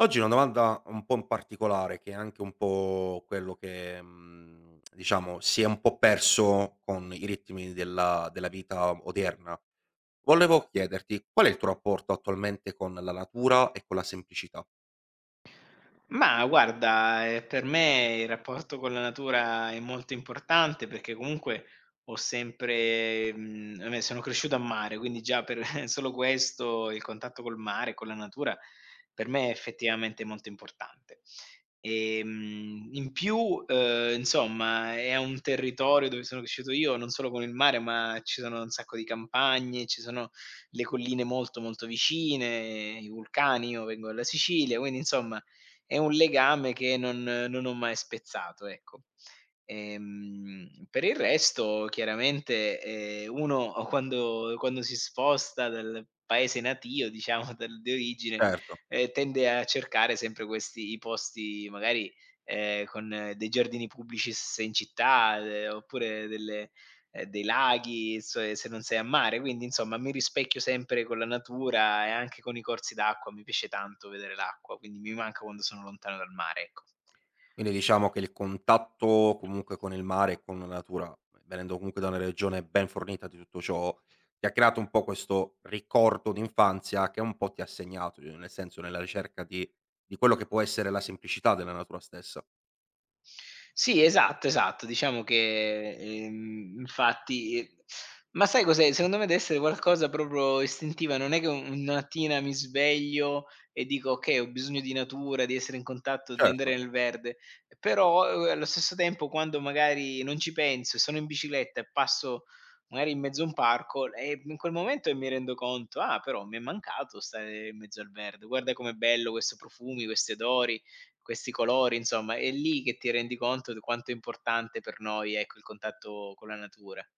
Oggi una domanda un po' in particolare, che è anche un po' quello che, mhmm, diciamo si è un po' perso con i ritmi della vita odierna. Volevo chiederti: qual è il tuo rapporto attualmente con la natura e con la semplicità? Ma guarda, per me il rapporto con la natura è molto importante perché comunque ho sempre vabbè sono cresciuto a mare, quindi già per solo questo, il contatto col mare, con la natura, per me è effettivamente molto importante. In più, insomma è un territorio dove sono cresciuto io, non solo con il mare, ma ci sono un sacco di campagne, ci sono le colline molto, molto vicine, i vulcani, io vengo dalla Sicilia, quindi insomma è un legame che non ho mai spezzato, ecco. Per il resto chiaramente, uno quando si sposta dal paese natio, diciamo dal di origine, Certo. Tende a cercare sempre questi i posti magari, con dei giardini pubblici se in città, oppure delle dei laghi, se non sei a mare. Quindi insomma mi rispecchio sempre con la natura e anche con i corsi d'acqua, mi piace tanto vedere l'acqua, quindi mi manca quando sono lontano dal mare, ecco. Quindi diciamo che il contatto comunque con il mare e con la natura, venendo comunque da una regione ben fornita di tutto ciò, ti ha creato un po' questo ricordo d'infanzia che un po' ti ha segnato, nel senso nella ricerca di quello che può essere la semplicità della natura stessa. Sì, esatto, esatto. Diciamo che, infatti ma sai cos'è, secondo me deve essere qualcosa proprio istintiva, non è che un una mattina mi sveglio e dico: "Okay, ho bisogno di natura, di essere in contatto, di Certo, andare nel verde." Però, allo stesso tempo quando magari non ci penso e sono in bicicletta e passo magari in mezzo a un parco, in quel momento mi rendo conto: "Ah, però mi è mancato stare in mezzo al verde, guarda com'è bello questo profumi, questi odori." Questi colori insomma, è lì che ti rendi conto di quanto è importante per noi, ecco, il contatto con la natura.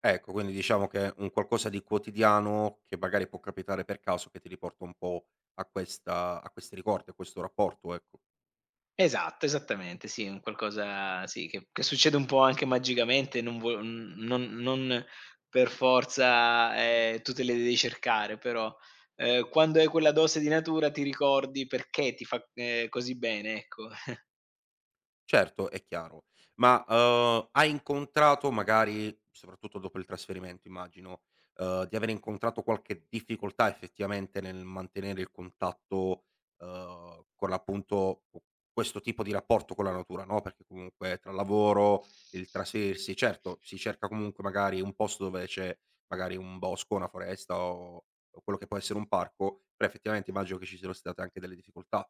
ecco, quindi diciamo che è un qualcosa di quotidiano che magari può capitare per caso che ti riporta un po' a questa a questi ricordi, a questo rapporto, ecco. Esatto, esattamente, sì, un qualcosa sì, che succede un po' anche magicamente, non vuo n non non per forza, tu te le devi cercare, però, quando hai quella dose di natura ti ricordi perché ti fa, così bene, ecco. Certo, è chiaro. Ma, hai incontrato magari, soprattutto dopo il trasferimento immagino, di aver incontrato qualche difficoltà effettivamente nel mantenere il contatto, con appunto q questo tipo di rapporto con la natura, no, perché comunque tra lavoro, il trasferirsi certo, si cerca comunque magari un posto dove c'è magari un bosco, una foresta o quello che può essere un parco, però effettivamente immagino che ci siano state anche delle difficoltà.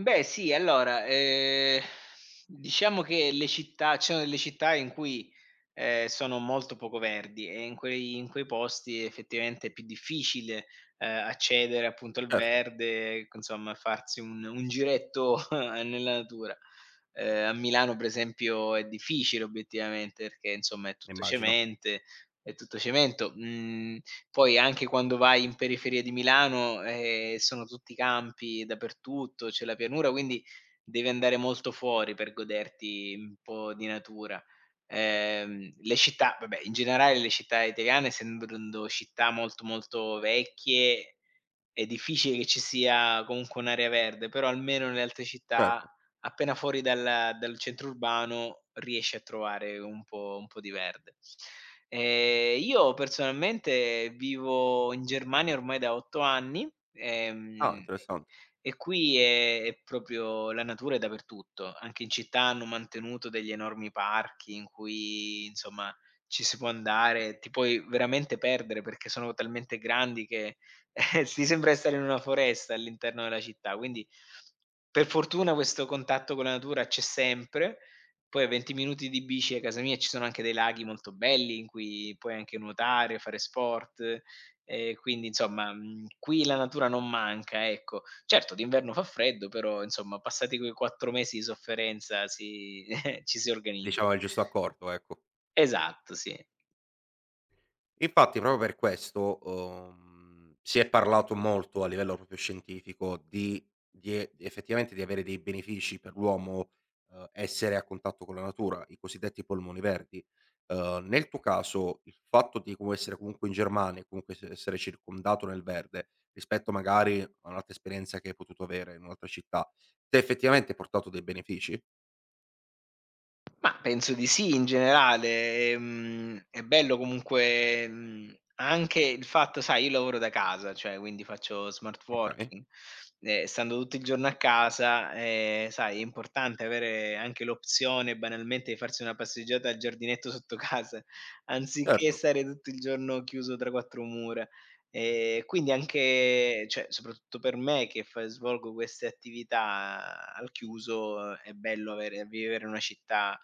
Beh sì, allora, diciamo che le città ci sono delle città in cui, sono molto poco verdi e in quei posti effettivamente è più difficile, accedere appunto al Certo, verde, ecco insomma farsi un giretto nella natura. A Milano per esempio è difficile obiettivamente perché insomma immagino. È tutto cemento. Mhmm, Poi anche quando vai in periferia di Milano, sono tutti campi dappertutto, c'è la pianura, quindi devi andare molto fuori per goderti un po' di natura. Le città vabbè, in generale le città italiane, essendo città molto, molto vecchie, è difficile che ci sia comunque un'area verde, però almeno nelle altre città. Certo. Appena fuori dal centro urbano riesci a trovare un po' di verde. Io personalmente vivo in Germania ormai da 8 anni, Ah, e interessan. e qui è proprio la natura è dappertutto. Anche in città hanno mantenuto degli enormi parchi in cui, insomma, ci si può andare, ti puoi veramente perdere perché sono talmente grandi che eh sì, sembra di stare in una foresta all'interno della città, quindi per fortuna questo contatto con la natura c'è sempre. Poi a 20 minuti di bici a casa mia ci sono anche dei laghi molto belli in cui puoi anche nuotare, fare sport, quindi insomma, qui la natura non manca, ecco. Certo d'inverno fa freddo, però insomma passati quei 4 mesi di sofferenza si ci si organizza. Diciamo il giusto accordo, ecco. Esatto, sì. Infatti proprio per questo, si è parlato molto a livello proprio scientifico di effettivamente di avere dei benefici per l'uomo, essere a contatto con la natura, i cosiddetti polmoni verdi. Nel tuo caso il fatto di comu essere comunque in Germania, comunque essere circondato nel verde, rispetto magari a un'altra esperienza che hai potuto avere in un'altra città, ti ha effettivamente portato dei benefici? Mah, penso di sì in generale. È bello comunque, anche il fatto sai, io lavoro da casa, cioè quindi faccio smart Okay, working, e stando tutto il giorno a casa, sai, è importante avere anche l'opzione banalmente di farsi una passeggiata al giardinetto sotto casa, anziché certo, stare tutto il giorno chiuso tra 4 mura. Quindi anche cioè, soprattutto per me che fa svolgo queste attività al chiuso, è bello avere vivere in una città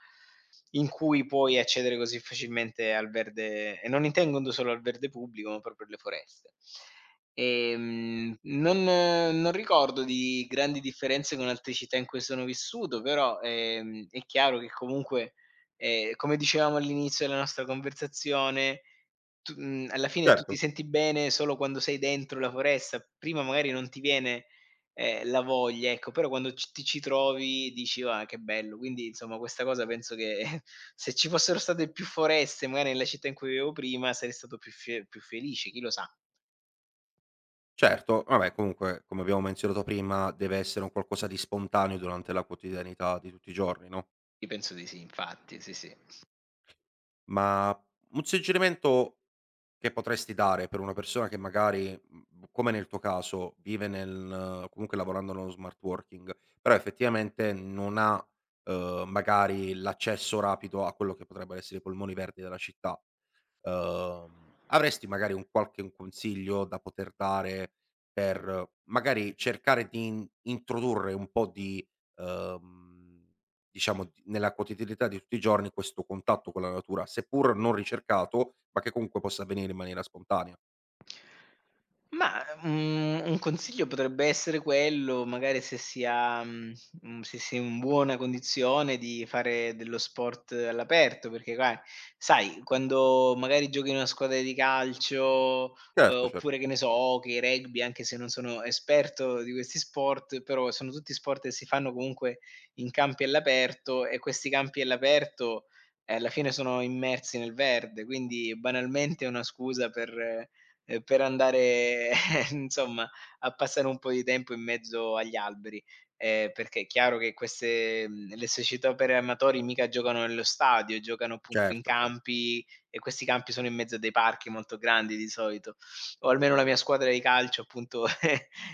in cui puoi accedere così facilmente al verde e non intendo solo al verde pubblico, ma proprio alle foreste. Non ricordo di grandi differenze con altre città in cui sono vissuto, però, è chiaro che comunque, come dicevamo all'inizio della nostra conversazione, alla fine tu certo. ti senti bene solo quando sei dentro la foresta, prima magari non ti viene, la voglia, ecco, però quando c ti ci trovi dici: "Ah, che bello." Quindi insomma questa cosa penso che se ci fossero state più foreste magari nella città in cui vivevo prima sarei stato più felice, chi lo sa. Certo, vabbè comunque, come abbiamo menzionato prima, deve essere un qualcosa di spontaneo durante la quotidianità di tutti i giorni, no, Io penso di sì infatti, sì, sì. ma un suggerimento che potresti dare per una persona che magari, mhmm, come nel tuo caso, vive nel comunque lavorando nello smart working, però effettivamente non ha, magari l'accesso rapido a quello che potrebbero essere i polmoni verdi della città. Avresti magari un qualche un consiglio da poter dare per magari cercare di in introdurre un po' di, uhm, diciamo d nella quotidianità di tutti i giorni questo contatto con la natura, seppur non ricercato, ma che comunque possa avvenire in maniera spontanea. Mah, un consiglio potrebbe essere quello, magari se si ha se si è in buona condizione di fare dello sport all'aperto, perché qua sai, quando magari giochi in una squadra di calcio, Certo, certo. oppure che ne so, hockey, rugby, anche se non sono esperto di questi sport, però sono tutti sport che si fanno comunque in campi all'aperto e questi campi all'aperto, alla fine sono immersi nel verde, quindi banalmente è una scusa per andare insomma a passare un po' di tempo in mezzo agli alberi, perché è chiaro che queste le società per amatori mica giocano nello stadio, giocano appunto in Certo, cer. campi e questi campi sono in mezzo a dei parchi molto grandi di solito, o almeno la mia squadra di calcio appunto ha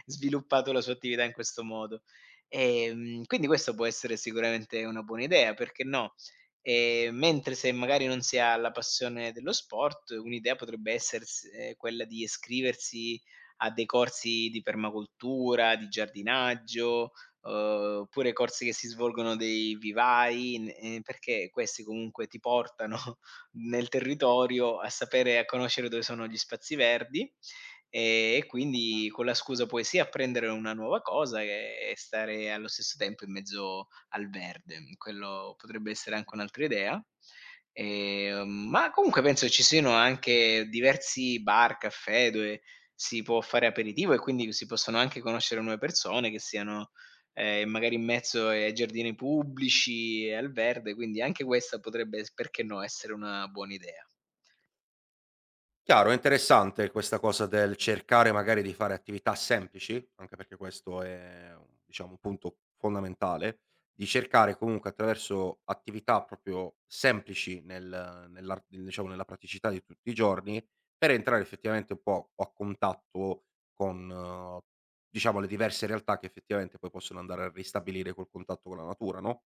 sviluppato la sua attività in questo modo. Quindi questo può essere sicuramente una buona idea, perché no? Mentre se magari non si ha la passione dello sport, un'idea potrebbe essers quella di iscriversi a dei corsi di permacultura, di giardinaggio, uhm, oppure corsi che si svolgono dei vivai, n perché questi comunque ti portano nel territorio a sapere e a conoscere dove sono gli spazi verdi, e quindi con la scusa puoi sia apprendere una nuova cosa e stare allo stesso tempo in mezzo al verde. Quello potrebbe essere anche un'altra idea. Ma comunque penso ci siano anche diversi bar, caffè dove si può fare aperitivo e quindi si possono anche conoscere nuove persone che siano, magari in mezzo ai giardini pubblici e al verde, quindi anche questa potrebbe s perché no, essere una buona idea. Chiaro, è interessante questa cosa del cercare magari di fare attività semplici, anche perché questo è un diciamo un punto fondamentale, di cercare comunque attraverso attività proprio semplici nel nell'ar diciamo nella praticità di tutti i giorni, per entrare effettivamente un po' a contatto con, diciamo, le diverse realtà che effettivamente poi possono andare a ristabilire quel contatto con la natura, no?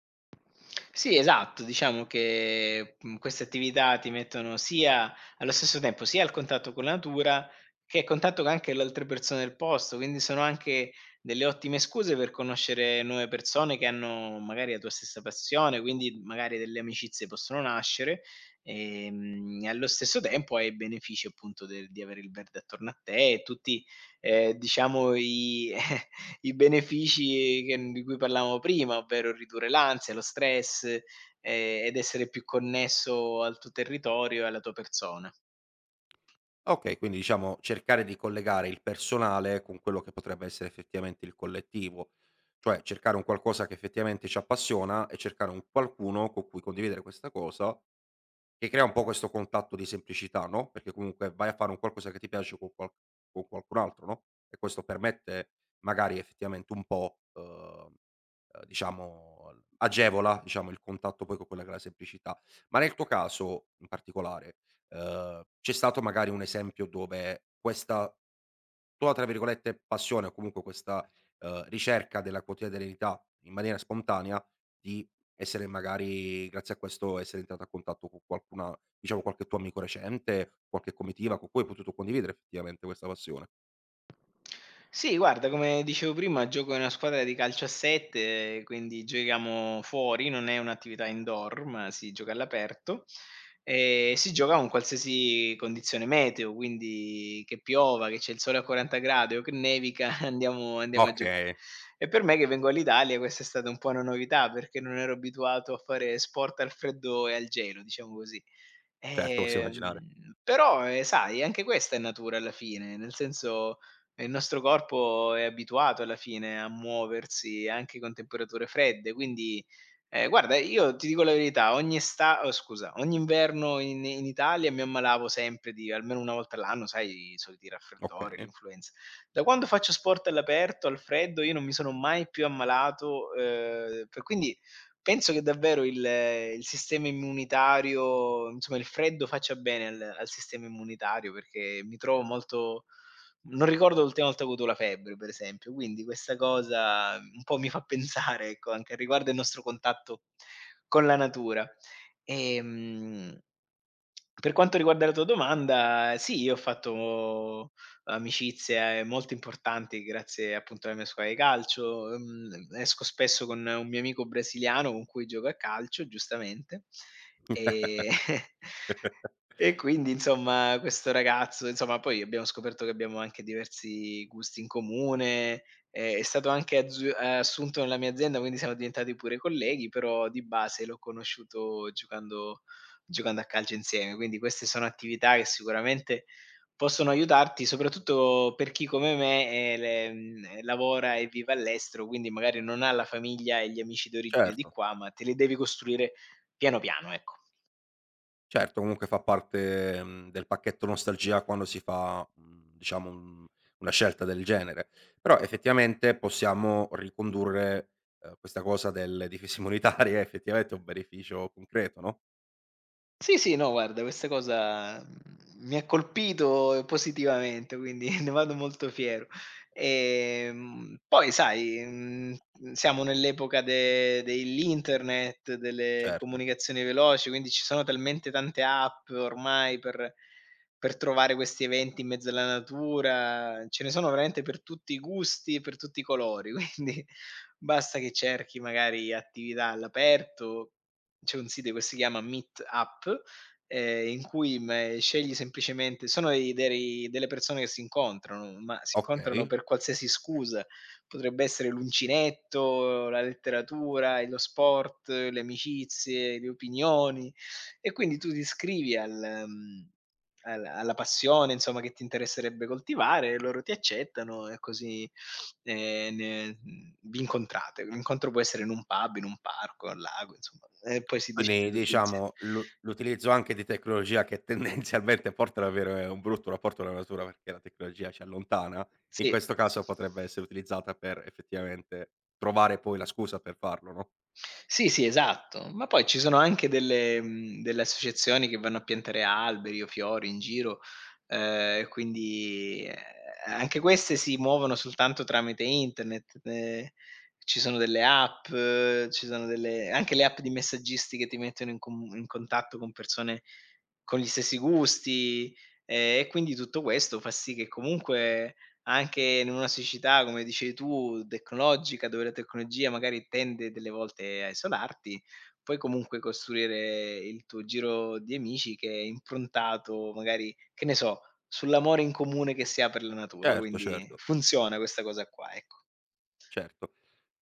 Sì, esatto. Diciamo che, queste attività ti mettono sia allo stesso tempo sia al contatto con la natura, che a contatto con anche le altre persone del posto, quindi sono anche delle ottime scuse per conoscere nuove persone che hanno magari la tua stessa passione, quindi magari delle amicizie possono nascere, e allo stesso tempo hai i benefici appunto del di avere il verde attorno a te e tutti, diciamo i i benefici che di cui parlavamo prima, ovvero ridurre l'ansia, lo stress, ed essere più connesso al tuo territorio e alla tua persona. Okay, quindi diciamo cercare di collegare il personale con quello che potrebbe essere effettivamente il collettivo, cioè cercare un qualcosa che effettivamente ci appassiona e cercare un qualcuno con cui condividere questa cosa, che crea un po' questo contatto di semplicità, no, perché comunque vai a fare un qualcosa che ti piace con qual con qualcun altro, no, e questo permette magari effettivamente un po', uhm, diciamo l agevola, diciamo, il contatto poi con quella che è la semplicità. Ma nel tuo caso in particolare, c'è stato magari un esempio dove questa tua, tra virgolette, "passione" o comunque questa, ricerca della quotidianità in maniera spontanea di essere magari grazie a questo essere entrata a contatto con qualcuna diciamo qualche tuo amico recente, qualche comitiva con cui hai potuto condividere effettivamente questa passione? Sì, guarda, come dicevo prima, gioco in una squadra di calcio a 7, quindi giochiamo fuori, non è un'attività indoor, ma si gioca all'aperto. E si gioca con qualsiasi condizione meteo, quindi che piova, che c'è il sole a 40 gradi o che nevica, andiamo, andiamo a giocare. Okay, E per me che vengo all'Italia questa è stata un po' una novità perché non ero abituato a fare sport al freddo e al gelo, diciamo così. certo, posso immaginare. Però, sai anche questa è natura alla fine, nel senso, il nostro corpo è abituato alla fine a muoversi anche con temperature fredde, quindi, guarda io ti dico la verità, ogni esta oh scusa, ogni inverno in Italia mi ammalavo sempre di almeno 1 volta all'anno, sai i soliti raffreddori, Okay, l'influenza. Da quando faccio sport all'aperto, al freddo, io non mi sono mai più ammalato, per quindi penso che davvero il sistema immunitario insomma il freddo faccia bene al sistema immunitario, perché mi trovo molto non ricordo l'ultima volta che ho avuto la febbre, per esempio, quindi questa cosa un po' mi fa pensare, ecco, anche riguardo il nostro contatto con la natura. Ehm, per quanto riguarda la tua domanda, sì, io ho fatto amicizie molto importanti grazie appunto alla mia squadra di calcio. Esco spesso con un mio amico brasiliano con cui gioco a calcio, giustamente. E e quindi insomma questo ragazzo insomma poi abbiamo scoperto che abbiamo anche diversi gusti in comune, è stato anche azzu assunto nella mia azienda, quindi siamo diventati pure colleghi, però di base l'ho conosciuto giocando a calcio insieme. Quindi queste sono attività che sicuramente possono aiutarti, soprattutto per chi come me, lavora e vive all'estero, quindi magari non ha la famiglia e gli amici d'origine di certo, qua, ma te li devi costruire piano piano, ecco. certo comunque fa parte, mhmm, del pacchetto nostalgia quando si fa, mhmm, diciamo un una scelta del genere. Però effettivamente possiamo ricondurre, questa cosa delle difese immunitarie effettivamente a un beneficio concreto, no? Sì, sì, no guarda questa cosa, mi ha colpito positivamente, quindi ne vado molto fiero. Poi sai, siamo nell'epoca de dell'internet, delle Certo. comunicazioni veloci, quindi ci sono talmente tante app ormai per trovare questi eventi in mezzo alla natura, ce ne sono veramente per tutti i gusti, e per tutti i colori, quindi basta che cerchi magari attività all'aperto. C'è un sito che si chiama Meetup, in cui me scegli semplicemente sono dei dei delle persone che si incontrano, ma si incontrano Okay. per qualsiasi scusa. Potrebbe essere l'uncinetto, la letteratura, e lo sport, le amicizie, le opinioni e quindi tu ti iscrivi al mhmm, al alla passione, insomma, che ti interesserebbe coltivare e loro ti accettano e così. Vi incontrate. L'incontro può essere in un pub, in un parco, al lago, insomma, e poi si decide Quindi tutti insie diciamo l'utilizzo anche di tecnologia che tendenzialmente porta ad avere un brutto rapporto con la natura, perché la tecnologia ci allontana, in sì. questo caso potrebbe essere utilizzata per effettivamente trovare poi la scusa per farlo, no? Sì, sì, esatto. Ma poi ci sono anche delle associazioni che vanno a piantare alberi o fiori in giro, quindi, anche queste si muovono soltanto tramite internet, ci sono delle app, ci sono delle anche le app di messaggisti che ti mettono in contatto con persone con gli stessi gusti, e quindi tutto questo fa sì che comunque, anche in una società, come dicevi tu, tecnologica, dove la tecnologia magari tende delle volte a isolarti, puoi comunque costruire il tuo giro di amici che è improntato magari, che ne so, sull'amore in comune che si ha per la natura, Certo, quindi certo, funziona questa cosa qua, ecco. certo.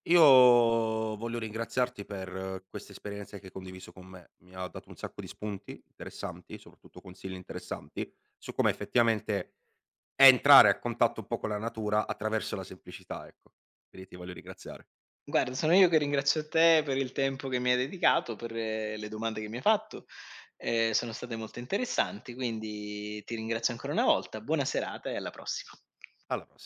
Io voglio ringraziarti per queste esperienze che hai condiviso con me. Mi ha dato un sacco di spunti interessanti, soprattutto consigli interessanti, su come effettivamente entrare a contatto un po' con la natura attraverso la semplicità, ecco. Quindi ti voglio ringraziare. Guarda, sono io che ringrazio te per il tempo che mi hai dedicato, per le domande che mi hai fatto. Sono state molto interessanti, quindi ti ringrazio ancora una volta. Buona serata e alla prossima. Alla pross